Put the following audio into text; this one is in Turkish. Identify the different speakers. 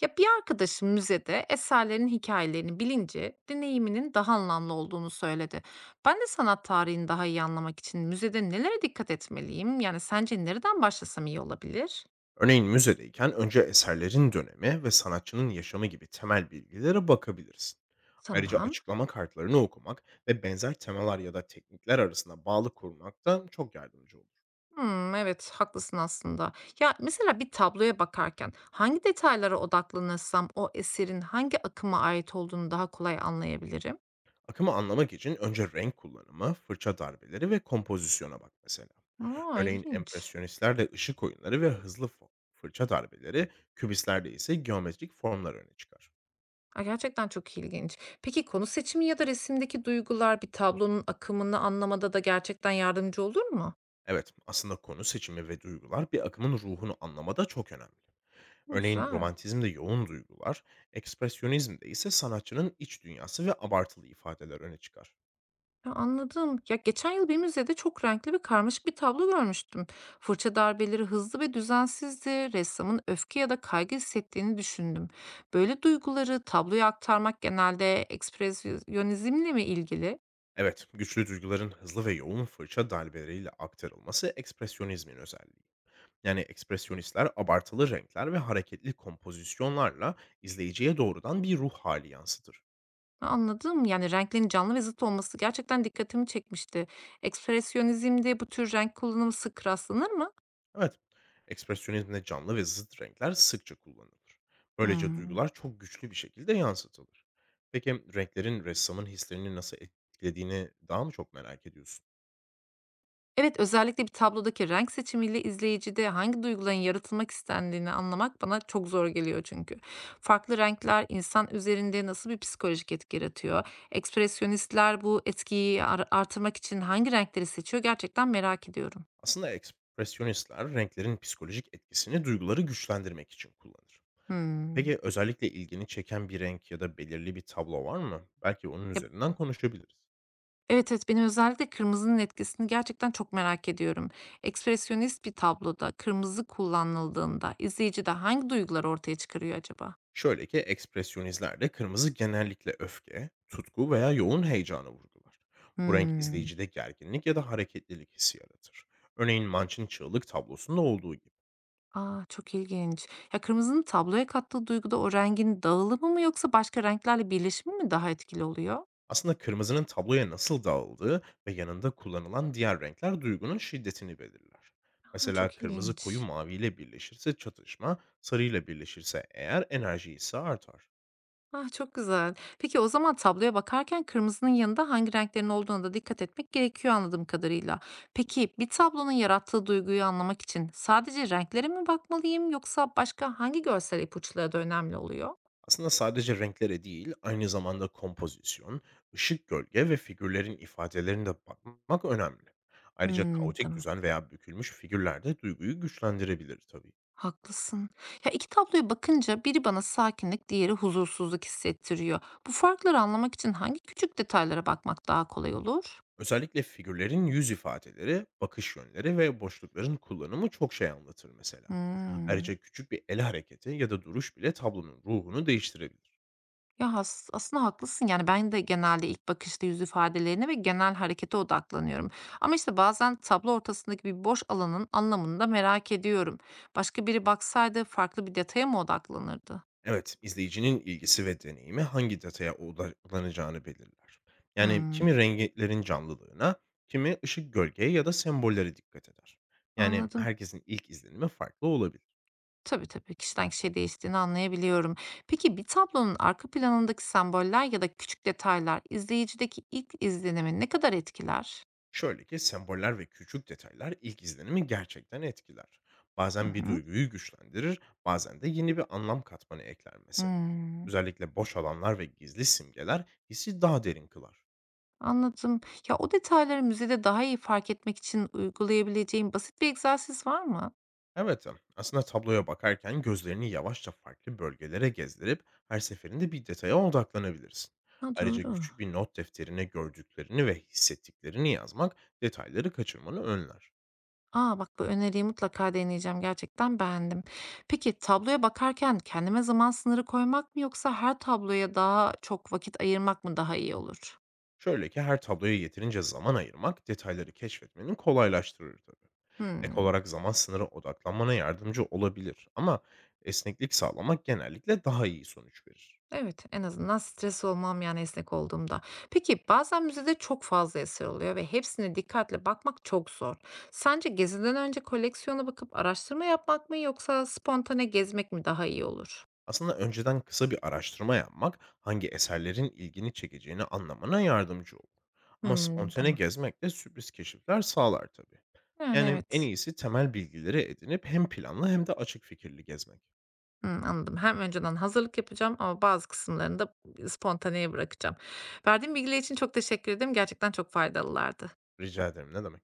Speaker 1: Ya bir arkadaşım müzede eserlerin hikayelerini bilince deneyiminin daha anlamlı olduğunu söyledi. Ben de sanat tarihini daha iyi anlamak için müzede nelere dikkat etmeliyim? Yani sence nereden başlasam iyi olabilir?
Speaker 2: Örneğin müzedeyken önce eserlerin dönemi ve sanatçının yaşamı gibi temel bilgilere bakabilirsin. Ayrıca
Speaker 1: Tamam.
Speaker 2: açıklama kartlarını okumak ve benzer temalar ya da teknikler arasında bağlı kurmak da çok yardımcı olur.
Speaker 1: Hmm, evet haklısın aslında. Ya mesela bir tabloya bakarken hangi detaylara odaklanırsam o eserin hangi akıma ait olduğunu daha kolay anlayabilirim?
Speaker 2: Akımı anlamak için önce renk kullanımı, fırça darbeleri ve kompozisyona bak mesela.
Speaker 1: Aa,
Speaker 2: Örneğin
Speaker 1: ilginç.
Speaker 2: empresyonistlerde ışık oyunları ve hızlı fırça darbeleri, kübistlerde ise geometrik formlar öne çıkar.
Speaker 1: A, gerçekten çok ilginç. Peki konu seçimi ya da resimdeki duygular bir tablonun akımını anlamada da gerçekten yardımcı olur mu?
Speaker 2: Evet, aslında konu seçimi ve duygular bir akımın ruhunu anlamada çok önemli. Örneğin
Speaker 1: Güzel.
Speaker 2: romantizmde yoğun duygular, ekspresyonizmde ise sanatçının iç dünyası ve abartılı ifadeler öne çıkar.
Speaker 1: Ya, anladım. Ya geçen yıl bir müzede çok renkli ve karmaşık bir tablo görmüştüm. Fırça darbeleri hızlı ve düzensizdi. Ressamın öfke ya da kaygı hissettiğini düşündüm. Böyle duyguları tabloya aktarmak genelde ekspresyonizmle mi ilgili?
Speaker 2: Evet, güçlü duyguların hızlı ve yoğun fırça darbeleriyle aktarılması ekspresyonizmin özelliği. Yani ekspresyonistler abartılı renkler ve hareketli kompozisyonlarla izleyiciye doğrudan bir ruh hali yansıtır.
Speaker 1: Ha, anladım. Yani renklerin canlı ve zıt olması gerçekten dikkatimi çekmişti. Ekspresyonizmde bu tür renk kullanımı sık rastlanır mı?
Speaker 2: Evet, ekspresyonizmde canlı ve zıt renkler sıkça kullanılır. Böylece
Speaker 1: Hımm.
Speaker 2: duygular çok güçlü bir şekilde yansıtılır. Peki renklerin ressamın hislerini nasıl etkilediğini daha mı çok merak ediyorsun?
Speaker 1: Evet, özellikle bir tablodaki renk seçimiyle izleyicide hangi duyguların yaratılmak istendiğini anlamak bana çok zor geliyor çünkü. Farklı renkler insan üzerinde nasıl bir psikolojik etki yaratıyor? Ekspresyonistler bu etkiyi artırmak için hangi renkleri seçiyor gerçekten merak ediyorum.
Speaker 2: Aslında ekspresyonistler renklerin psikolojik etkisini duyguları güçlendirmek için kullanır.
Speaker 1: Hımm.
Speaker 2: Peki özellikle ilgini çeken bir renk ya da belirli bir tablo var mı? Belki onun
Speaker 1: Ya,
Speaker 2: üzerinden konuşabiliriz.
Speaker 1: evet, evet, benim özellikle kırmızının etkisini gerçekten çok merak ediyorum. Ekspresyonist bir tabloda kırmızı kullanıldığında izleyicide hangi duygular ortaya çıkarıyor acaba?
Speaker 2: Şöyle ki ekspresyonizlerde kırmızı genellikle öfke, tutku veya yoğun heyecanı vurgular. Bu renk
Speaker 1: Hımm.
Speaker 2: izleyicide gerginlik ya da hareketlilik hissi yaratır. Örneğin Munch'ın çığlık tablosunda olduğu gibi.
Speaker 1: A! Çok ilginç. Ya, kırmızının tabloya kattığı duyguda o rengin dağılımı mı yoksa başka renklerle birleşimi mi daha etkili oluyor?
Speaker 2: Aslında kırmızının tabloya nasıl dağıldığı ve yanında kullanılan diğer renkler duygunun şiddetini belirler.
Speaker 1: A!
Speaker 2: Mesela
Speaker 1: Çok
Speaker 2: kırmızı koyu
Speaker 1: ilginç.
Speaker 2: maviyle birleşirse çatışma, sarıyla birleşirse eğer enerji ise artar.
Speaker 1: Ah, çok güzel. Peki, o zaman tabloya bakarken kırmızının yanında hangi renklerin olduğuna da dikkat etmek gerekiyor anladığım kadarıyla. Peki, bir tablonun yarattığı duyguyu anlamak için sadece renklere mi bakmalıyım yoksa başka hangi görsel ipuçları da önemli oluyor?
Speaker 2: Aslında sadece renklere değil, aynı zamanda kompozisyon, ışık, gölge ve figürlerin ifadelerine de bakmak önemli. Ayrıca
Speaker 1: Hımm,
Speaker 2: kaotik
Speaker 1: tamam.
Speaker 2: düzen veya bükülmüş figürler de duyguyu güçlendirebilir tabii.
Speaker 1: Haklısın. Ya iki tabloya bakınca biri bana sakinlik, diğeri huzursuzluk hissettiriyor. Bu farkları anlamak için hangi küçük detaylara bakmak daha kolay olur?
Speaker 2: Özellikle figürlerin yüz ifadeleri, bakış yönleri ve boşlukların kullanımı çok şey anlatır mesela.
Speaker 1: Hmm.
Speaker 2: Ayrıca küçük bir el hareketi ya da duruş bile tablonun ruhunu değiştirebilir.
Speaker 1: Aslında haklısın. Yani ben de genelde ilk bakışta yüz ifadelerine ve genel harekete odaklanıyorum. Ama işte bazen tablo ortasındaki bir boş alanın anlamını da merak ediyorum. Başka biri baksaydı farklı bir detaya mı odaklanırdı?
Speaker 2: Evet, izleyicinin ilgisi ve deneyimi hangi detaya odaklanacağını belirler. Yani kimi
Speaker 1: Hmm,
Speaker 2: renklerin canlılığına, kimi ışık gölgeye ya da sembollere dikkat eder. Yani
Speaker 1: anladım.
Speaker 2: herkesin ilk izlenimi farklı olabilir.
Speaker 1: Tabii, tabii. Kişiden kişiye değiştiğini anlayabiliyorum. Peki bir tablonun arka planındaki semboller ya da küçük detaylar izleyicideki ilk izlenimi ne kadar etkiler?
Speaker 2: Şöyle ki semboller ve küçük detaylar ilk izlenimi gerçekten etkiler.
Speaker 1: Hı
Speaker 2: Bazen bir
Speaker 1: hı.
Speaker 2: duyguyu güçlendirir, bazen de yeni bir anlam katmanı ekler mesela.
Speaker 1: Hımm.
Speaker 2: Özellikle boş alanlar ve gizli simgeler hissi daha derin kılar.
Speaker 1: Anladım. Ya, o detayları müzede daha iyi fark etmek için uygulayabileceğim basit bir egzersiz var mı?
Speaker 2: Evet, aslında tabloya bakarken gözlerini yavaşça farklı bölgelere gezdirip her seferinde bir detaya odaklanabilirsin.
Speaker 1: Ha,
Speaker 2: Ayrıca
Speaker 1: doğru.
Speaker 2: küçük bir not defterine gördüklerini ve hissettiklerini yazmak detayları kaçırmanı önler.
Speaker 1: A, bak bu öneriyi mutlaka deneyeceğim. Gerçekten beğendim. Peki tabloya bakarken kendime zaman sınırı koymak mı yoksa her tabloya daha çok vakit ayırmak mı daha iyi olur?
Speaker 2: Şöyle ki her tabloya yeterince zaman ayırmak detayları keşfetmenin kolaylaştırır tabii. Ek
Speaker 1: Hımm.
Speaker 2: olarak zaman sınırı odaklanmana yardımcı olabilir ama esneklik sağlamak genellikle daha iyi sonuç verir.
Speaker 1: Evet, en azından stres olmam, yani, esnek olduğumda. Peki, bazen müzede çok fazla eser oluyor ve hepsine dikkatle bakmak çok zor. Sence geziden önce koleksiyona bakıp araştırma yapmak mı yoksa spontane gezmek mi daha iyi olur?
Speaker 2: Aslında önceden kısa bir araştırma yapmak hangi eserlerin ilgini çekeceğini anlamana yardımcı olur. Ama
Speaker 1: Hımm,
Speaker 2: spontane
Speaker 1: tamam.
Speaker 2: gezmek de sürpriz keşifler sağlar tabii.
Speaker 1: Yani,
Speaker 2: Yani en
Speaker 1: evet.
Speaker 2: iyisi temel bilgileri edinip hem planlı hem de açık fikirli gezmek.
Speaker 1: Hımm, anladım. Hem önceden hazırlık yapacağım ama bazı kısımlarını da spontaneye bırakacağım. Verdiğin bilgiler için çok teşekkür ederim. Gerçekten çok faydalılardı.
Speaker 2: Rica ederim, ne demek.